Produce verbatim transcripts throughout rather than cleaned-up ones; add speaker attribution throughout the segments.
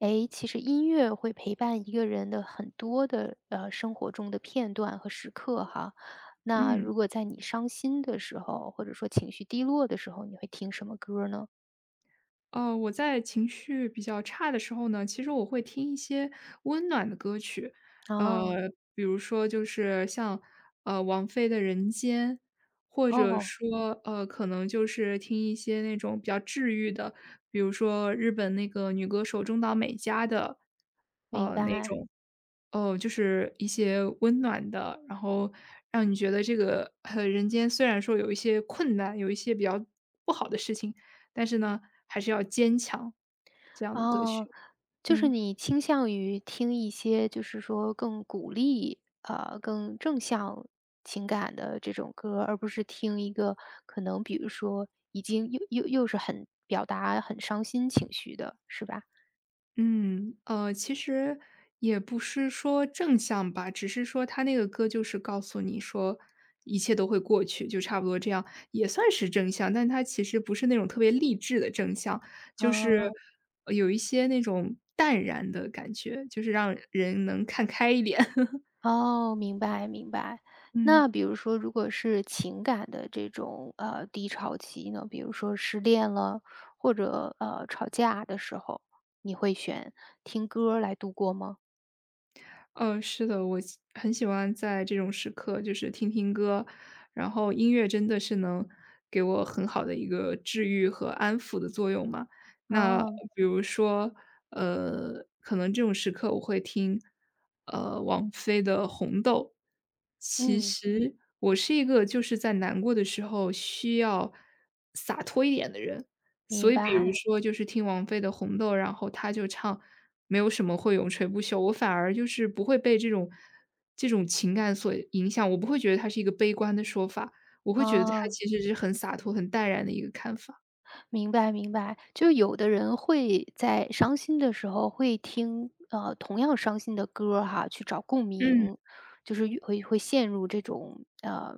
Speaker 1: 诶，其实音乐会陪伴一个人的很多的呃生活中的片段和时刻哈。那
Speaker 2: 嗯，
Speaker 1: 如果在你伤心的时候，或者说情绪低落的时候，你会听什么歌儿呢？
Speaker 2: 呃，我在情绪比较差的时候呢，其实我会听一些温暖的歌曲，
Speaker 1: 哦。
Speaker 2: 呃，比如说就是像呃王菲的《人间》，或者
Speaker 1: 哦，
Speaker 2: 说呃可能就是听一些那种比较治愈的，比如说日本那个女歌手中岛美嘉的，
Speaker 1: 明
Speaker 2: 呃那
Speaker 1: 白。
Speaker 2: 种，哦、就是一些温暖的，然后让你觉得这个呃人间虽然说有一些困难，有一些比较不好的事情。但是呢，还是要坚强，这样的歌
Speaker 1: 哦，
Speaker 2: 曲。
Speaker 1: 就是
Speaker 2: 嗯。
Speaker 1: 你倾向于听一些就是说更鼓励，呃，更正向情感的这种歌儿，而不是听一个可能比如说已经又又又是很表达很伤心情绪的，是吧？
Speaker 2: 嗯，呃，其实也不是说正向吧，只是说他那个歌就是告诉你说一切都会过去，就差不多这样，也算是正向，但它其实不是那种特别励志的正向，就是
Speaker 1: 哦。
Speaker 2: 呃有一些那种淡然的感觉，就是让人能看开一点。
Speaker 1: 哦，明白明白。
Speaker 2: 嗯。
Speaker 1: 那比如说，如果是情感的这种呃低潮期呢，比如说失恋了，或者呃吵架的时候，你会选听歌儿来度过吗？
Speaker 2: 呃，是的，我喜很喜欢在这种时刻就是听听歌，然后音乐真的是能给我很好的一个治愈和安抚的作用嘛。那
Speaker 1: 哦。
Speaker 2: 比如说，呃，可能这种时刻我会听，呃，王菲的《红豆》。其
Speaker 1: 嗯，
Speaker 2: 实我是一个就是在难过的时候需要洒脱一点的人，所
Speaker 1: 明
Speaker 2: 以比如
Speaker 1: 白，
Speaker 2: 说就是听王菲的《红豆》，然后她就唱“没有什么会永垂不朽”，我反而就是不会被这种这种情感所影响，我不会觉得它是一个悲观的说法，我会觉得它
Speaker 1: 哦。
Speaker 2: 其实是很洒脱、很淡然的一个看法。
Speaker 1: 明白明白，就有的人会在伤心的时候会听，呃，同样伤心的歌儿哈，去找共
Speaker 2: 嗯，
Speaker 1: 鸣，就是越会会陷入这种，呃，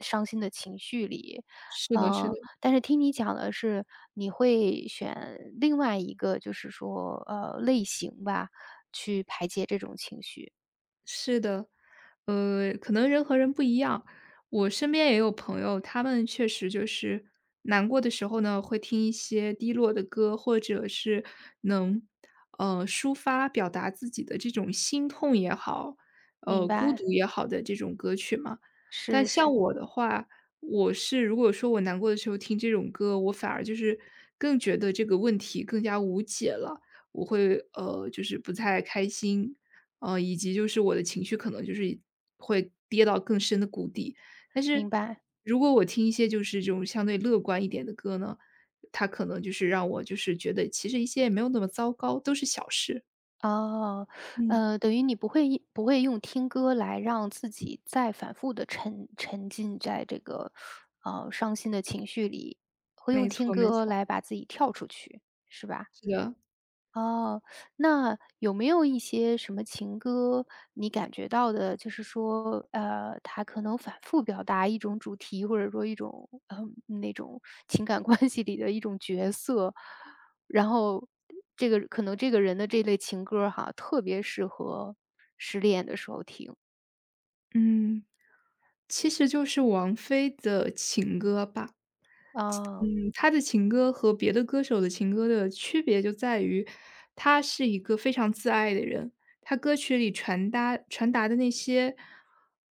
Speaker 1: 伤心的情绪里。
Speaker 2: 是的是的。
Speaker 1: 呃，但是听你讲的是，你会选另外一个就是说，呃，类型吧，去排解这种情绪，
Speaker 2: 是的，呃，可能人和人不一样。我身边也有朋友，他们确实就是难过的时候呢，会听一些低落的歌，或者是能，呃，抒发表达自己的这种心痛也好，
Speaker 1: 明
Speaker 2: 呃，孤
Speaker 1: 白，
Speaker 2: 独也好的这种歌曲嘛。但
Speaker 1: 是
Speaker 2: 像
Speaker 1: 是，
Speaker 2: 我的话，我是如果说我难过的时候听这种歌，我反而就是更觉得这个问题更加无解了。我会呃，就是不太开心，呃，以及就是我的情绪可能就是会跌到更深的谷底。但是
Speaker 1: 明白。
Speaker 2: 如果我听一些就是这种相对乐观一点的歌呢，它可能就是让我就是觉得其实一切也没有那么糟糕，都是小事。
Speaker 1: 哦，
Speaker 2: 嗯。
Speaker 1: 呃，等于你不会一不会用听歌来让自己再反复的沉沉浸在这个，呃，伤心的情绪里，会用
Speaker 2: 没
Speaker 1: 听
Speaker 2: 错没
Speaker 1: 歌
Speaker 2: 错，
Speaker 1: 来把自己跳出去，是吧？
Speaker 2: 是的，
Speaker 1: 哦。那有没有一些什么情歌，你感觉到的，就是说，呃，他可能反复表达一种主题，或者说一种，嗯，那种情感关系里的一种角色，然后这个可能这个人的这类情歌儿哈，特别适合失恋的时候听。
Speaker 2: 嗯，其实就是王菲的情歌吧。
Speaker 1: 哦，
Speaker 2: 嗯，他的情歌和别的歌手的情歌的区别就在于，他是一个非常自爱的人，他歌曲里传达传达的那些，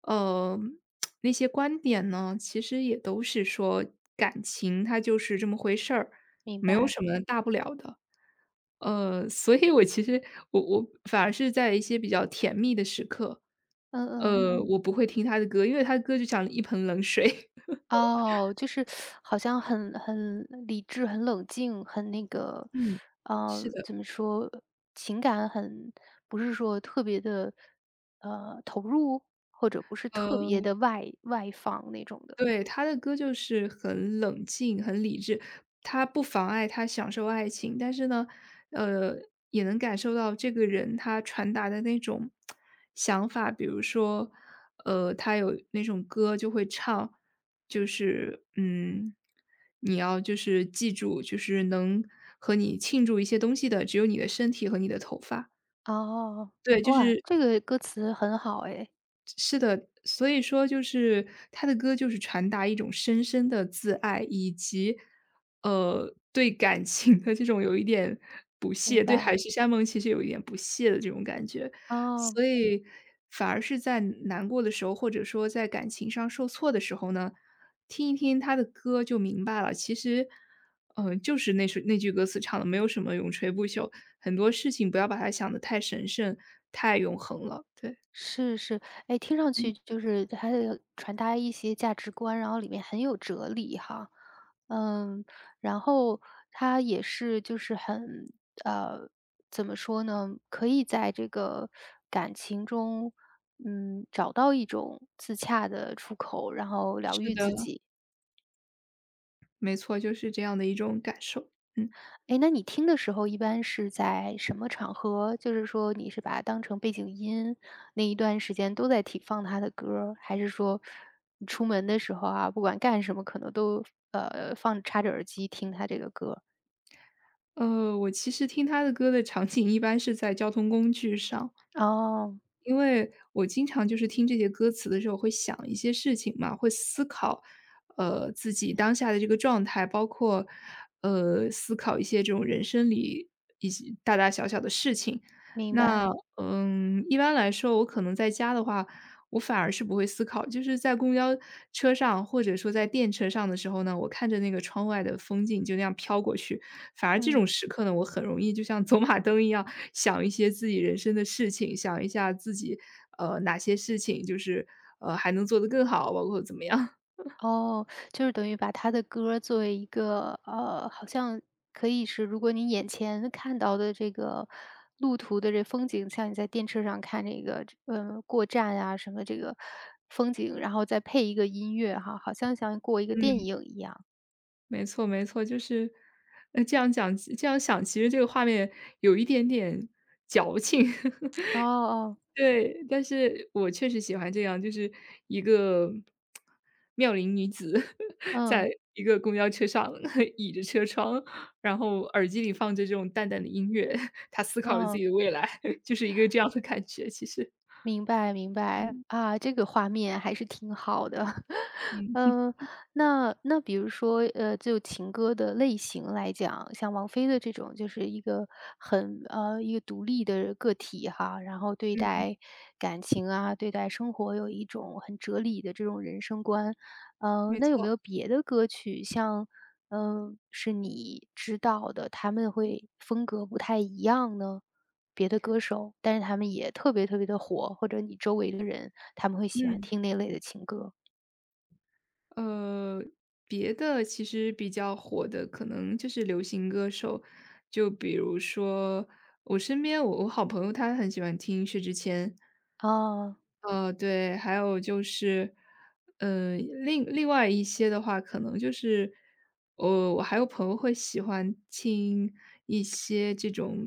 Speaker 2: 呃，那些观点呢，其实也都是说感情它就是这么回事儿，
Speaker 1: 明
Speaker 2: 没有
Speaker 1: 白，
Speaker 2: 什么大不了的。呃，所以我其实我我反而是在一些比较甜蜜的时刻，
Speaker 1: 嗯嗯。
Speaker 2: 呃，嗯我不会听他的歌，因为他的歌就像一盆冷水。
Speaker 1: 哦，就是好像很很理智、很冷静、很那个，
Speaker 2: 嗯，是
Speaker 1: 嗯，
Speaker 2: 的，
Speaker 1: 怎么说，情感很不是说特别的，呃，投入，或者 不是特别
Speaker 2: 呃
Speaker 1: 的外外放那种的。
Speaker 2: 对，他的歌就是很冷静、很理智，他不妨碍他享受爱情，但是呢，呃，也能感受到这个人他传达的那种想法。比如说，呃，他有那种歌就会唱，就是嗯，你要就是记住，就是能和你庆祝一些东西的，只有你的身体和你的头发。
Speaker 1: 哦。
Speaker 2: 对，就
Speaker 1: 哇，
Speaker 2: 是
Speaker 1: 这个歌词很好哎，
Speaker 2: 是的，所以说就是他的歌就是传达一种深深的自爱，以及，呃，对感情的这种有一点不屑，
Speaker 1: 明
Speaker 2: 对海
Speaker 1: 白，
Speaker 2: 誓山盟其实有一点不屑的这种感觉。
Speaker 1: 哦。
Speaker 2: 所以反而是在难过的时候，或者说在感情上受挫的时候呢，听一听他的歌就明白了，其实，嗯，就是那首那句歌词唱的没有什么永垂不朽，很多事情不要把它想得太神圣、太永恒了，对。
Speaker 1: 是是，哎，听上
Speaker 2: 嗯，
Speaker 1: 去就是它的传达一些价值观，然后里面很有哲理哈。嗯，然后它也是就是很呃，怎么说呢？可以在这个感情中，嗯，找到一种自洽的出口，然后疗
Speaker 2: 是
Speaker 1: 愈
Speaker 2: 的。
Speaker 1: 自己。
Speaker 2: 没错，就是这样的一种感受。嗯，
Speaker 1: 哎，那你听的时候一般是在什么场合？就是说你是把它当成背景音，那一段时间都在听放他的歌儿，还是说你出门的时候啊，不管干什么可能都，呃，放插着耳机听他这个歌儿？
Speaker 2: 呃，我其实听他的歌的场景一般是在交通工具上。
Speaker 1: 哦，
Speaker 2: 因为我经常就是听这些歌词的时候会想一些事情嘛，会思考，呃，自己当下的这个状态，包括，呃，思考一些这种人生里一些大大小小的事情。
Speaker 1: 明白，
Speaker 2: 那，嗯，一般来说我可能在家的话，我反而是不会思考，就是在公交车上或者说在电车上的时候呢，我看着那个窗外的风景就那样飘过去，反而这种
Speaker 1: 嗯。
Speaker 2: 时刻呢，我很容易就像走马灯一样想一些自己人生的事情，想一下自己，呃，哪些事情就是呃还能做得更好，包括怎么样。
Speaker 1: 哦，就是等于把他的歌作为一个，呃，好像可以是如果你眼前看到的这个路途的这风景，像你在电车上看这个，呃，过站啊什么这个风景，然后再配一个音乐哈，好像像过一个电影一样。
Speaker 2: 没错，没错，就是，呃，这样讲，这样想，其实这个画面有一点点矫情。
Speaker 1: 哦哦，
Speaker 2: 对，但是我确实喜欢这样，就是一个妙龄女子
Speaker 1: 嗯，
Speaker 2: 在一个公交车上 倚着车窗，然后耳机里放着这种淡淡的音乐，她思考着自
Speaker 1: 嗯。
Speaker 2: 己的未来，就是一个这样的感觉，其实。
Speaker 1: 明白明白，
Speaker 2: 嗯，
Speaker 1: 啊，这个画面还是挺好的。
Speaker 2: 嗯，
Speaker 1: 嗯，那那比如说，呃，就情歌的类型来讲，像王菲的这种，就是一个很呃，一个独立的个体哈，然后对待感情啊，对待生活有一种很哲理的这种人生观。呃，
Speaker 2: 没
Speaker 1: 那有没
Speaker 2: 错，
Speaker 1: 有别的歌曲，像嗯，呃是你知道的，他们会风格不太一样呢？别的歌手，但是他们也特别特别的火，或者你周围的人，他们会喜欢
Speaker 2: 嗯，
Speaker 1: 听那类的情歌。
Speaker 2: 呃，别的其实比较火的可能就是流行歌手，就比如说我身边我我好朋友他很喜欢听薛之谦，
Speaker 1: 哦，
Speaker 2: 呃，对，还有就是，呃，另另外一些的话，可能就是，呃，我还有朋友会喜欢听一些这种，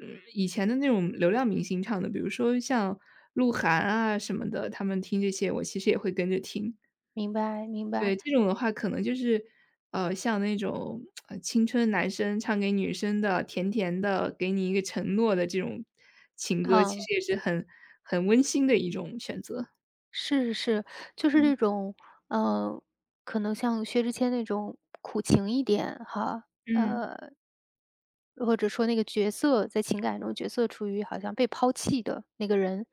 Speaker 2: 嗯，以前的那种流量明星唱的，比如说像鹿晗啊什么的，他们听这些，我其实也会跟着听。
Speaker 1: 明白明白，
Speaker 2: 对，这种的话可能就是，呃，像那种呃青春男生唱给女生的，甜甜的，给你一个承诺的这种情歌，其
Speaker 1: 嗯，
Speaker 2: 实也是很很温馨的一种选择。
Speaker 1: 是是是就是这
Speaker 2: 嗯
Speaker 1: 种，嗯，可能像薛之谦那种苦情一点哈，
Speaker 2: 嗯
Speaker 1: 呃，或者说那个角色在情感中角色处于好像被抛弃的那个人，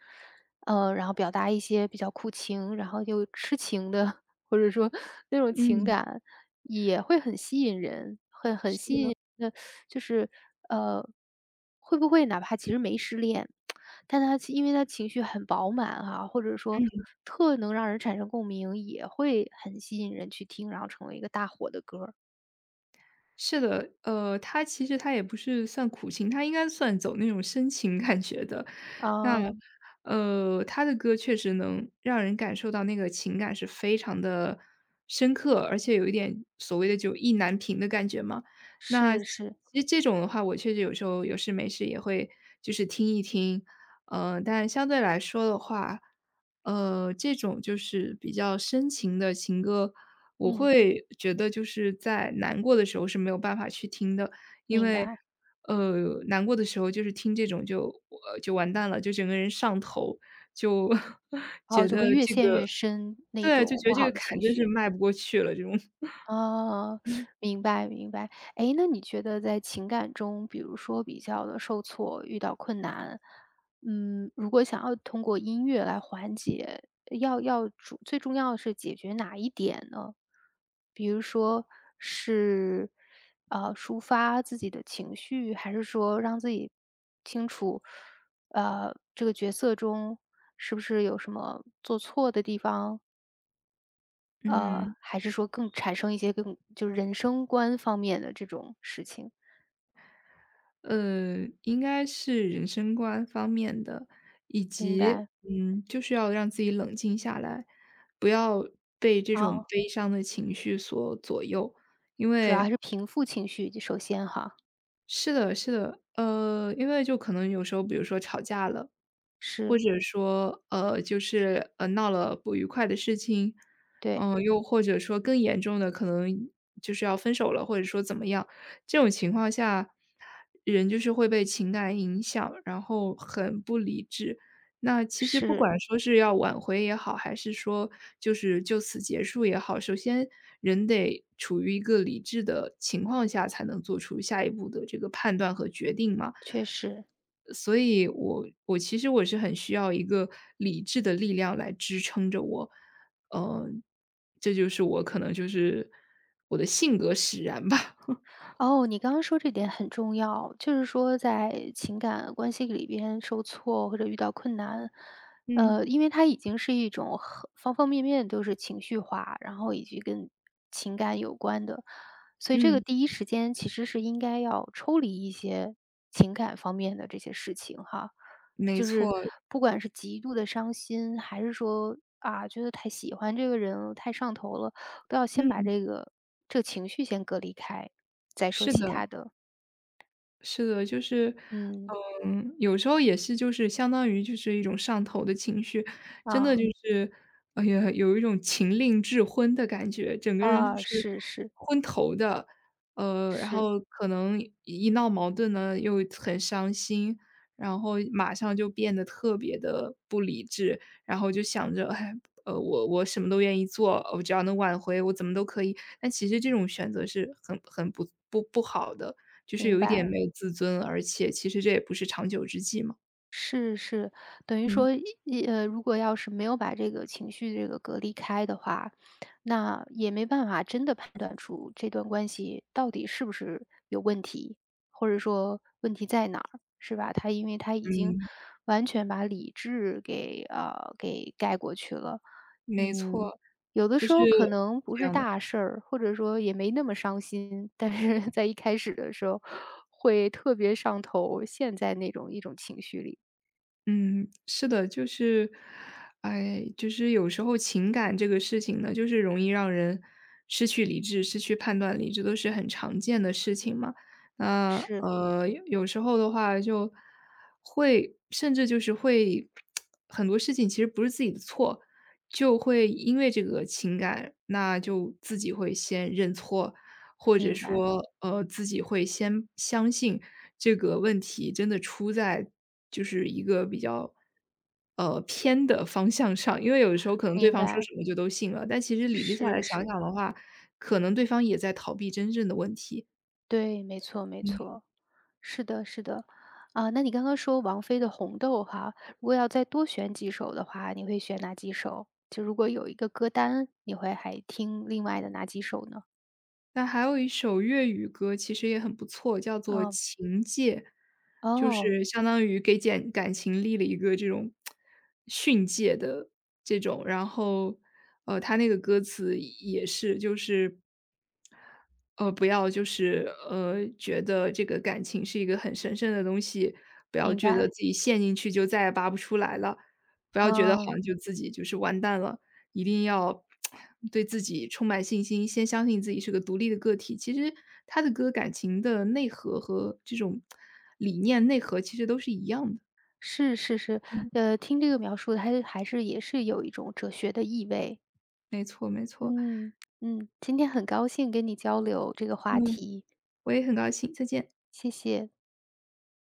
Speaker 1: 呃，然后表达一些比较苦情，然后又痴情的，或者说 那种情
Speaker 2: 嗯，
Speaker 1: 感也会很吸引人。
Speaker 2: 是的，
Speaker 1: 那就是，呃，会不会哪怕其实没失恋，但他其因为他情绪很饱满哈，或者说特能让人产生共鸣，也会很吸引人去听，然后成为一个大火的歌儿。
Speaker 2: 是的，呃，他其实他也不是算苦情，他应该算走那种深情感觉的。那
Speaker 1: 哦，
Speaker 2: 呃，他的歌确实能让人感受到那个情感是非常的深刻，而且有一点所谓的就意难平的感觉嘛。那
Speaker 1: 是
Speaker 2: 其
Speaker 1: 是，
Speaker 2: 其实这种的话，我确实有时候有事没事也会就是听一听，呃，但相对来说的话，呃，这种就是比较深情的情歌，我
Speaker 1: 嗯，
Speaker 2: 会觉得就是在难过的时候是没有办法去听的，因
Speaker 1: 明
Speaker 2: 为，
Speaker 1: 白。
Speaker 2: 呃，难过的时候就是听这种就呃，就完蛋了，就整个人上头，就
Speaker 1: 然后
Speaker 2: 觉
Speaker 1: 就会
Speaker 2: 得
Speaker 1: 越
Speaker 2: 这
Speaker 1: 陷越
Speaker 2: 个，
Speaker 1: 深那
Speaker 2: 对，就
Speaker 1: 种
Speaker 2: 觉得
Speaker 1: 不
Speaker 2: 这
Speaker 1: 好
Speaker 2: 个
Speaker 1: 的
Speaker 2: 坎
Speaker 1: 情
Speaker 2: 真是
Speaker 1: 绪。
Speaker 2: 迈不过去了，这种，
Speaker 1: 哦，明白明白。哎，那你觉得在情感中，比如说比较的受挫，遇到困难，嗯，如果想要通过音乐来缓解，呃要要主最重要的是解决哪一点呢？比如说是，呃，抒发自己的情绪，还是说让自己清楚，呃，这个角色中是不是有什么做错的地方？呃，
Speaker 2: 嗯。
Speaker 1: 还是说更产生一些更就是人生观方面的这种事情。
Speaker 2: 呃，应该是人生观方面的，以
Speaker 1: 明
Speaker 2: 及，
Speaker 1: 白，
Speaker 2: 嗯，就是要让自己冷静下来，不要被这种
Speaker 1: 啊？
Speaker 2: 悲伤的情绪所左右。因
Speaker 1: 主要还
Speaker 2: 为
Speaker 1: 是平复情绪，首先哈，
Speaker 2: 是的，是的，呃，因为就可能有时候比如说吵架了，
Speaker 1: 是，
Speaker 2: 或者说，呃，就是，呃，闹了不愉快的事情，
Speaker 1: 对，
Speaker 2: 嗯，又或者说更严重的，可能就是要分手了，或者说怎么样，这种情况下，人就是会被情感影响，然后很不理智。那其实不
Speaker 1: 是，
Speaker 2: 管说是要挽回也好，还是说就是就此结束也好，首先人得处于一个理智的情况下，才能做出下一步的这个判断和决定嘛。
Speaker 1: 确实。
Speaker 2: 所以我我其实我是很需要一个理智的力量来支撑着我，呃，这就是我可能就是我的性格使然吧。
Speaker 1: 哦，你刚刚说这点很重要，就是说在情感关系里边受挫或者遇到困难，
Speaker 2: 嗯
Speaker 1: 呃，因为它已经是一种很方方面面都是情绪化，然后以及跟情感有关的，所以这个
Speaker 2: 嗯，
Speaker 1: 第一时间其实是应该要抽离一些情感方面的这些事情哈，
Speaker 2: 没
Speaker 1: 就是
Speaker 2: 错，
Speaker 1: 不管是极度的伤心，还是说啊觉得太喜欢这个人了，太上头了。都要先把
Speaker 2: 嗯，
Speaker 1: 这个这个情绪先隔离开，再说
Speaker 2: 是
Speaker 1: 其
Speaker 2: 的。
Speaker 1: 他的。
Speaker 2: 是的，就是，
Speaker 1: 嗯，
Speaker 2: 嗯，有时候也是就是相当于就是一种上头的情绪，真的
Speaker 1: 啊，
Speaker 2: 就嗯是，哎呀，有一种情令智昏的感觉，整个人就
Speaker 1: 啊，
Speaker 2: 是
Speaker 1: 是是
Speaker 2: 昏头的。呃，然
Speaker 1: 是，
Speaker 2: 后可能一一闹矛盾呢，又很伤心，然后马上就变得特别的不理智，然后就想着，哎，呃，我我什么都愿意做，我只要能挽回，我怎么都可以。但其实这种选择是很很不不不好的。就是
Speaker 1: 明
Speaker 2: 有一点
Speaker 1: 白。
Speaker 2: 没有自尊，而且其实这也不是长久之计嘛。
Speaker 1: 是是，等于
Speaker 2: 嗯，
Speaker 1: 说一呃，如果要是没有把这个情绪这个隔离开的话，那也没办法真的判断出这段关系到底是不是有问题，或者说问题在哪儿，是吧？他因为他已经
Speaker 2: 嗯，
Speaker 1: 完全把理智给呃给盖过去了，
Speaker 2: 没
Speaker 1: 嗯，
Speaker 2: 错，
Speaker 1: 有的
Speaker 2: 就
Speaker 1: 时
Speaker 2: 是
Speaker 1: 候可能不
Speaker 2: 这
Speaker 1: 是
Speaker 2: 样的。
Speaker 1: 大事儿，或者说也没那么伤心，但是在一开始的时候会特别上头，陷在那种一种情绪里。
Speaker 2: 嗯，是的，就是，哎，就是有时候情感这个事情呢，就是容易让人失去理智、失去判断力，这都是很常见的事情嘛。那
Speaker 1: 是，
Speaker 2: 呃，有有时候的话，就会甚至就是会很多事情其实不是自己的错，就会因为这个情感，那就自己会先认错，或者
Speaker 1: 明白，
Speaker 2: 说呃自己会先相信。这个问题真的出在就是一个比较，呃，偏的方向上。因为有的时候可能对
Speaker 1: 明
Speaker 2: 方说
Speaker 1: 白，
Speaker 2: 什么就都信了，但其实理智下来
Speaker 1: 是
Speaker 2: 想
Speaker 1: 是，
Speaker 2: 想的话，可能对方也在逃避真正的问题。
Speaker 1: 对，没错没错，是的，是的。啊，那你刚刚说王菲的《红豆》哈，如果要再多选几首的话，你会选哪几首？就如果有一个歌单，你会还听另外的哪几首呢？
Speaker 2: 那还有一首粤语歌其实也很不错，叫做
Speaker 1: 嗯，
Speaker 2: 《情戒》，就
Speaker 1: 哦，
Speaker 2: 是相当于给简感情立了一个这种训诫的这种。然后，呃，他那个歌词也是，就是呃，不要就是呃，觉得这个感情是一个很神圣的东西，不要
Speaker 1: 明
Speaker 2: 觉
Speaker 1: 白，
Speaker 2: 得自己陷进去就再也拔不出来了，不要觉得好
Speaker 1: 啊。
Speaker 2: 像就自己就是完蛋了，一定要对自己充满信心，先相信自己是个独立的个体。其实他的歌感情的内核和这种理念内核其实都是一样的。
Speaker 1: 是是是，
Speaker 2: 嗯
Speaker 1: 呃，听这个描述，它还是也是有一种哲学的意味。嗯嗯，今天很高兴跟你交流这个话
Speaker 2: 嗯
Speaker 1: 题，
Speaker 2: 我也很高兴，再见。
Speaker 1: 谢谢。